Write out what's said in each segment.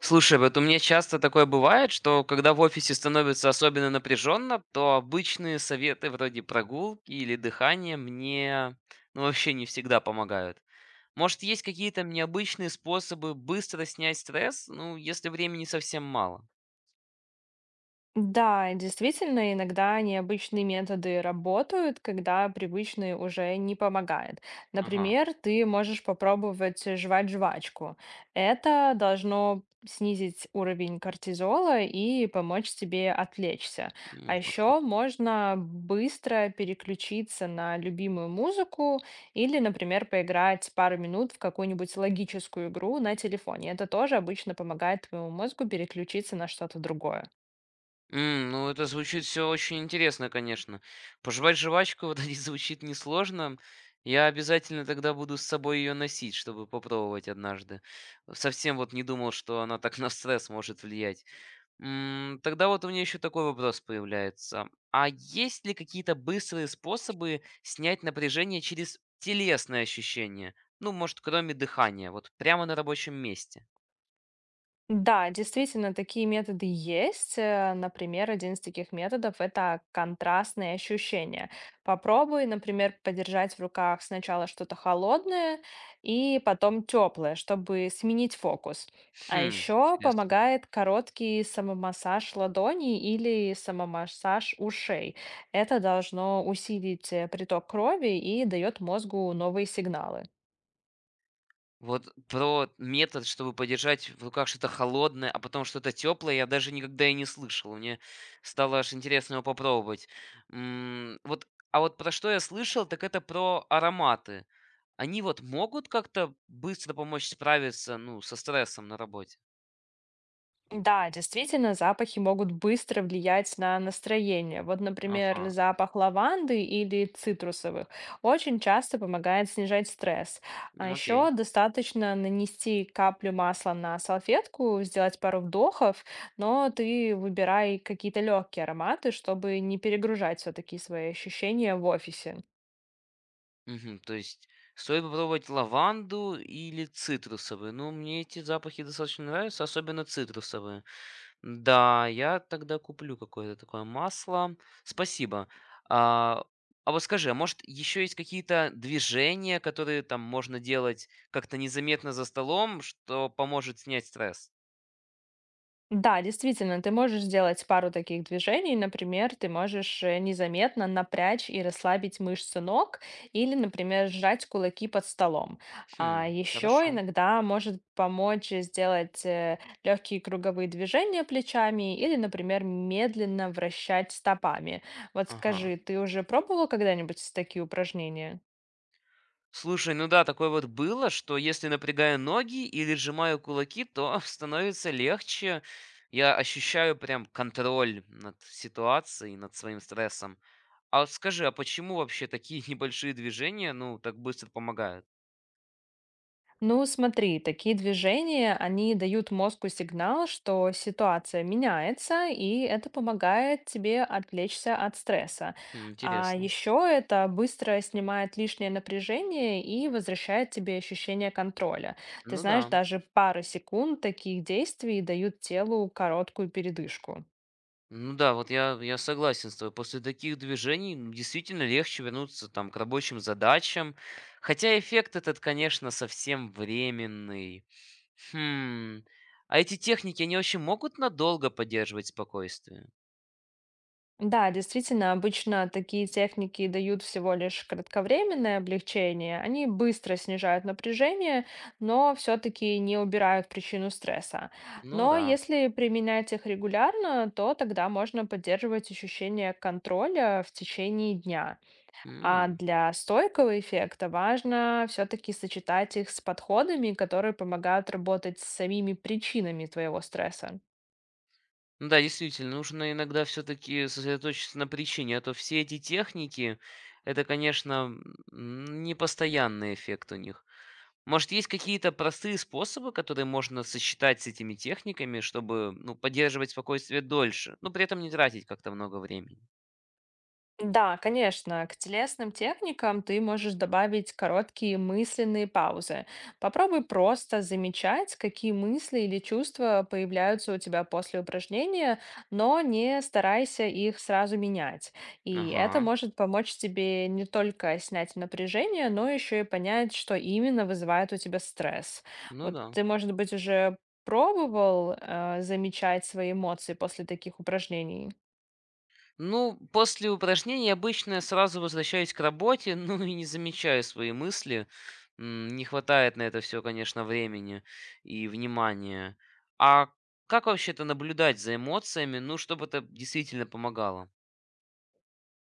Слушай, вот у меня часто такое бывает, что когда в офисе становится особенно напряженно, то обычные советы вроде прогулки или дыхания мне, ну, вообще не всегда помогают. Может, есть какие-то необычные способы быстро снять стресс, ну, если времени совсем мало? Да, и действительно, иногда необычные методы работают, когда привычные уже не помогают. Ага, Например, ты можешь попробовать жевать жвачку. Это должно снизить уровень кортизола и помочь тебе отвлечься. А ну, вот как. еще можно быстро переключиться на любимую музыку или, например, поиграть пару минут в какую-нибудь логическую игру на телефоне. Это тоже обычно помогает твоему мозгу переключиться на что-то другое. Ну, это звучит все очень интересно, конечно. Пожевать жвачку вот здесь звучит несложно. Я обязательно тогда буду с собой ее носить, чтобы попробовать однажды. Совсем вот не думал, что она так на стресс может влиять. Тогда вот у меня еще такой вопрос появляется. А есть ли какие-то быстрые способы снять напряжение через телесные ощущения? Ну, может, кроме дыхания, вот прямо на рабочем месте? Да, действительно, такие методы есть. Например, один из таких методов – это контрастные ощущения. Попробуй, например, подержать в руках сначала что-то холодное и потом теплое, чтобы сменить фокус. А Хм, еще интересно. помогает короткий самомассаж ладоней или самомассаж ушей. Это должно усилить приток крови и дает мозгу новые сигналы. Вот про метод, чтобы подержать в руках что-то холодное, а потом что-то теплое, я даже никогда и не слышал. Мне стало аж интересно его попробовать. Вот, а вот про что я слышал, так это про ароматы. Они вот могут как-то быстро помочь справиться, ну, со стрессом на работе? Да, действительно, запахи могут быстро влиять на настроение. Вот, Ага, например, запах лаванды или цитрусовых очень часто помогает снижать стресс. А м, еще окей. достаточно нанести каплю масла на салфетку, сделать пару вдохов, но ты выбирай какие-то легкие ароматы, чтобы не перегружать все-таки свои ощущения в офисе. Мгм, то есть стоит попробовать лаванду или цитрусовые. Ну, мне эти запахи достаточно нравятся, особенно цитрусовые. Да, я тогда куплю какое-то такое масло. Спасибо. А, а вот скажи, а может, еще есть какие-то движения, которые там можно делать как-то незаметно за столом, что поможет снять стресс? Да, действительно, ты можешь сделать пару таких движений. Например, ты можешь незаметно напрячь и расслабить мышцы ног или, например, сжать кулаки под столом. А Хм, еще хорошо. иногда может помочь сделать легкие круговые движения плечами или, например, медленно вращать стопами. Вот Ага. скажи, ты уже пробовал когда-нибудь такие упражнения? Слушай, ну да, такое вот было, что если напрягаю ноги или сжимаю кулаки, то становится легче. Я ощущаю прям контроль над ситуацией, над своим стрессом. А вот скажи, а почему вообще такие небольшие движения, ну, так быстро помогают? Ну, смотри, такие движения, они дают мозгу сигнал, что ситуация меняется, и это помогает тебе отвлечься от стресса. Хм, А интересно. еще это быстро снимает лишнее напряжение и возвращает тебе ощущение контроля. Ты Ну да. знаешь, даже пара секунд таких действий дают телу короткую передышку. Ну да, вот я согласен с тобой. После таких движений действительно легче вернуться там к рабочим задачам. Хотя эффект этот, конечно, совсем временный. Хм. А эти техники, они вообще могут надолго поддерживать спокойствие? Да, действительно, обычно такие техники дают всего лишь кратковременное облегчение. Они быстро снижают напряжение, но все-таки не убирают причину стресса. Ну Но да. если применять их регулярно, то тогда можно поддерживать ощущение контроля в течение дня. А М, для стойкого эффекта важно все-таки сочетать их с подходами, которые помогают работать с самими причинами твоего стресса. Ну да, действительно, нужно иногда все-таки сосредоточиться на причине, а то все эти техники, это, конечно, непостоянный эффект у них. Может, есть какие-то простые способы, которые можно сочетать с этими техниками, чтобы, ну, поддерживать спокойствие дольше, но при этом не тратить как-то много времени? Да, конечно, к телесным техникам ты можешь добавить короткие мысленные паузы. Попробуй просто замечать, какие мысли или чувства появляются у тебя после упражнения, но не старайся их сразу менять. И это Ага, может помочь тебе не только снять напряжение, но еще и понять, что именно вызывает у тебя стресс. ну Вот да. ты, может быть, уже пробовал, замечать свои эмоции после таких упражнений? Ну, после упражнений обычно сразу возвращаюсь к работе, ну и не замечаю свои мысли. Не хватает на это все, конечно, времени и внимания. А как вообще-то наблюдать за эмоциями, ну, чтобы это действительно помогало?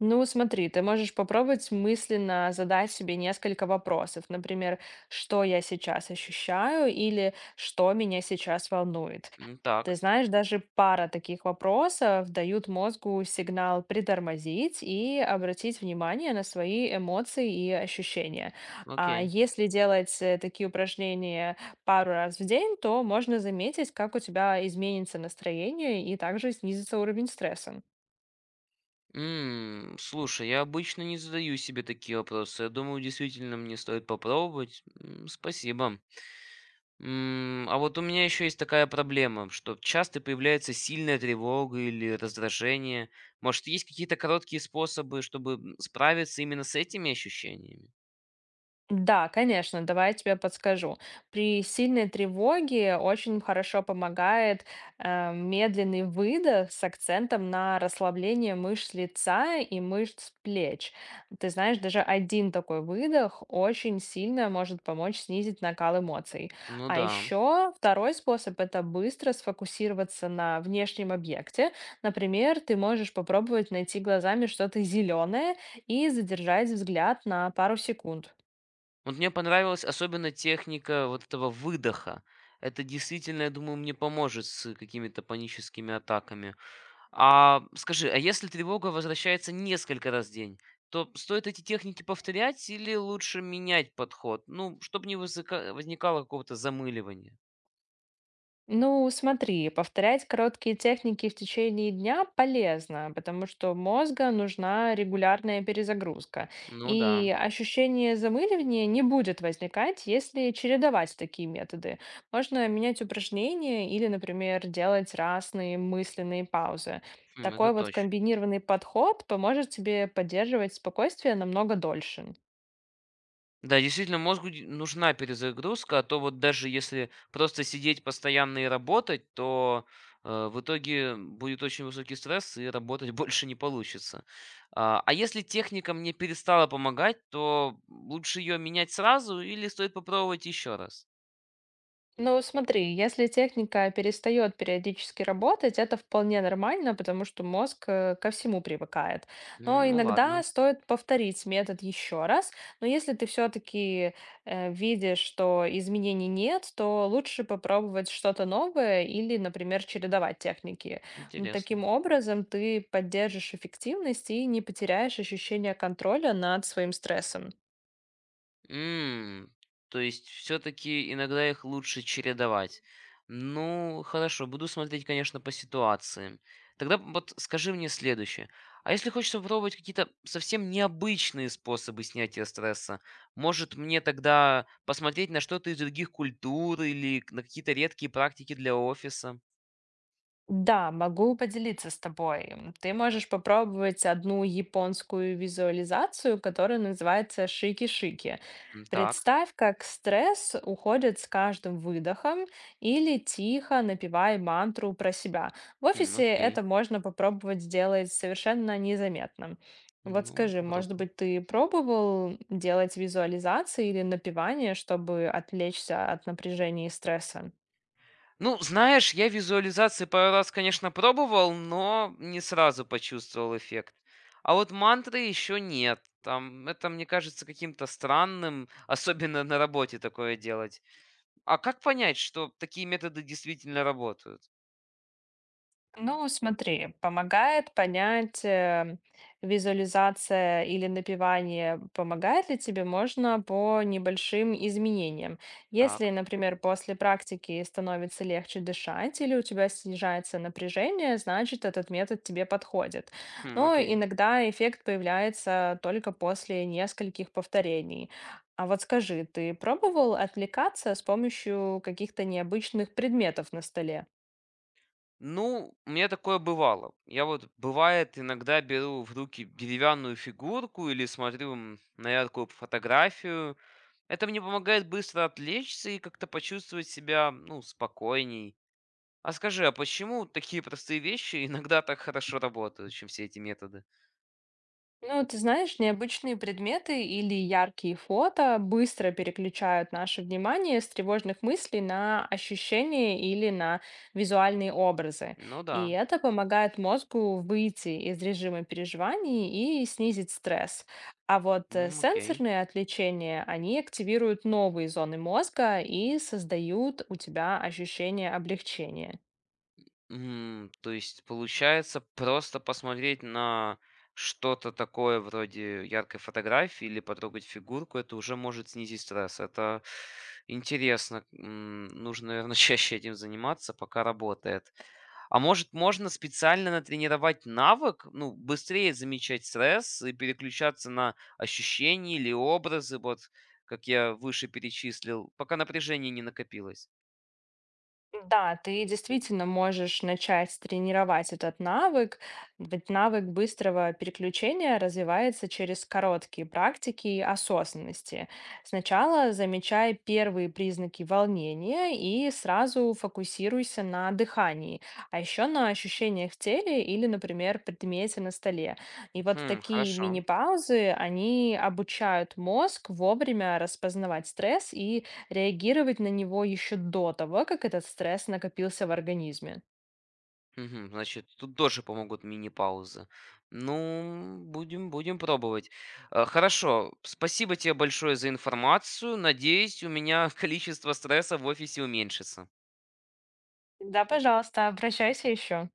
Ну, смотри, ты можешь попробовать мысленно задать себе несколько вопросов. Например, что я сейчас ощущаю или что меня сейчас волнует. М, Ты так, знаешь, даже пара таких вопросов дают мозгу сигнал притормозить и обратить внимание на свои эмоции и ощущения. А окей. если делать такие упражнения пару раз в день, то можно заметить, как у тебя изменится настроение и также снизится уровень стресса. Слушай, я обычно не задаю себе такие вопросы. Я думаю, действительно мне стоит попробовать. Спасибо. А вот у меня еще есть такая проблема, что часто появляется сильная тревога или раздражение. Может, есть какие-то короткие способы, чтобы справиться именно с этими ощущениями? Да, конечно, давай я тебе подскажу. При сильной тревоге очень хорошо помогает медленный выдох с акцентом на расслабление мышц лица и мышц плеч. Ты знаешь, даже один такой выдох очень сильно может помочь снизить накал эмоций. Ну А да. еще второй способ — это быстро сфокусироваться на внешнем объекте. Например, ты можешь попробовать найти глазами что-то зеленое и задержать взгляд на пару секунд. Вот мне понравилась особенно техника вот этого выдоха. Это действительно, я думаю, мне поможет с какими-то паническими атаками. А скажи, а если тревога возвращается несколько раз в день, то стоит эти техники повторять или лучше менять подход? Ну, чтобы не возникало какого-то замыливания. Ну, смотри, повторять короткие техники в течение дня полезно, потому что мозга нужна регулярная перезагрузка. Ну да, И ощущение замыливания не будет возникать, если чередовать такие методы. Можно менять упражнения или, например, делать разные мысленные паузы. Это Такой вот точно. комбинированный подход поможет тебе поддерживать спокойствие намного дольше. Да, действительно, мозгу нужна перезагрузка, а то вот даже если просто сидеть постоянно и работать, то в итоге будет очень высокий стресс и работать больше не получится. А если техника мне перестала помогать, то лучше ее менять сразу или стоит попробовать еще раз? Ну, смотри, если техника перестает периодически работать, это вполне нормально, потому что мозг ко всему привыкает. Но Ну иногда ладно, стоит повторить метод еще раз. Но если ты все-таки видишь, что изменений нет, то лучше попробовать что-то новое или, например, чередовать техники. Ну, таким интересно. образом, ты поддержишь эффективность и не потеряешь ощущение контроля над своим стрессом. М, То есть все-таки иногда их лучше чередовать. Ну, хорошо, буду смотреть, конечно, по ситуации. Тогда вот скажи мне следующее. А если хочется попробовать какие-то совсем необычные способы снятия стресса, может мне тогда посмотреть на что-то из других культур или на какие-то редкие практики для офиса? Да, могу поделиться с тобой. Ты можешь попробовать одну японскую визуализацию, которая называется шики-шики. М, так, Представь, как стресс уходит с каждым выдохом или тихо напевай мантру про себя. В хм, офисе это окей. можно попробовать сделать совершенно незаметно. Вот Ну, скажи, может попробуем. быть, ты пробовал делать визуализации или напевание, чтобы отвлечься от напряжения и стресса? Ну, знаешь, я визуализации пару раз, конечно, пробовал, но не сразу почувствовал эффект. А вот мантры еще нет. Там, это мне кажется каким-то странным, особенно на работе такое делать. А как понять, что такие методы действительно работают? Ну, смотри, помогает понять визуализация или напевание, помогает ли тебе, можно по небольшим изменениям. Если, Так, например, после практики становится легче дышать или у тебя снижается напряжение, значит, этот метод тебе подходит. хм, Но окей. иногда эффект появляется только после нескольких повторений. А вот скажи, ты пробовал отвлекаться с помощью каких-то необычных предметов на столе? Ну, у меня такое бывало. Я вот, бывает, иногда беру в руки деревянную фигурку или смотрю на яркую фотографию. Это мне помогает быстро отвлечься и как-то почувствовать себя, ну, спокойней. А скажи, а почему такие простые вещи иногда так хорошо работают, чем все эти методы? Ну, ты знаешь, необычные предметы или яркие фото быстро переключают наше внимание с тревожных мыслей на ощущения или на визуальные образы. Ну И да. это помогает мозгу выйти из режима переживаний и снизить стресс. А вот М, окей. сенсорные отвлечения, они активируют новые зоны мозга и создают у тебя ощущение облегчения. То есть получается просто посмотреть на что-то такое вроде яркой фотографии или потрогать фигурку, это уже может снизить стресс. Это интересно. Нужно, наверное, чаще этим заниматься, пока работает. А может, можно специально натренировать навык, ну, быстрее замечать стресс и переключаться на ощущения или образы, вот как я выше перечислил, пока напряжение не накопилось. Да, ты действительно можешь начать тренировать этот навык, ведь навык быстрого переключения развивается через короткие практики и осознанности. Сначала замечай первые признаки волнения и сразу фокусируйся на дыхании, а еще на ощущениях в теле или, например, предмете на столе. И вот Хм, такие хорошо. мини-паузы, они обучают мозг вовремя распознавать стресс и реагировать на него еще до того, как этот стресс накопился в организме. Мгм. Значит, тут тоже помогут мини-паузы. Ну, будем пробовать. Хорошо, спасибо тебе большое за информацию. Надеюсь, у меня количество стресса в офисе уменьшится. Да, пожалуйста, обращайся еще.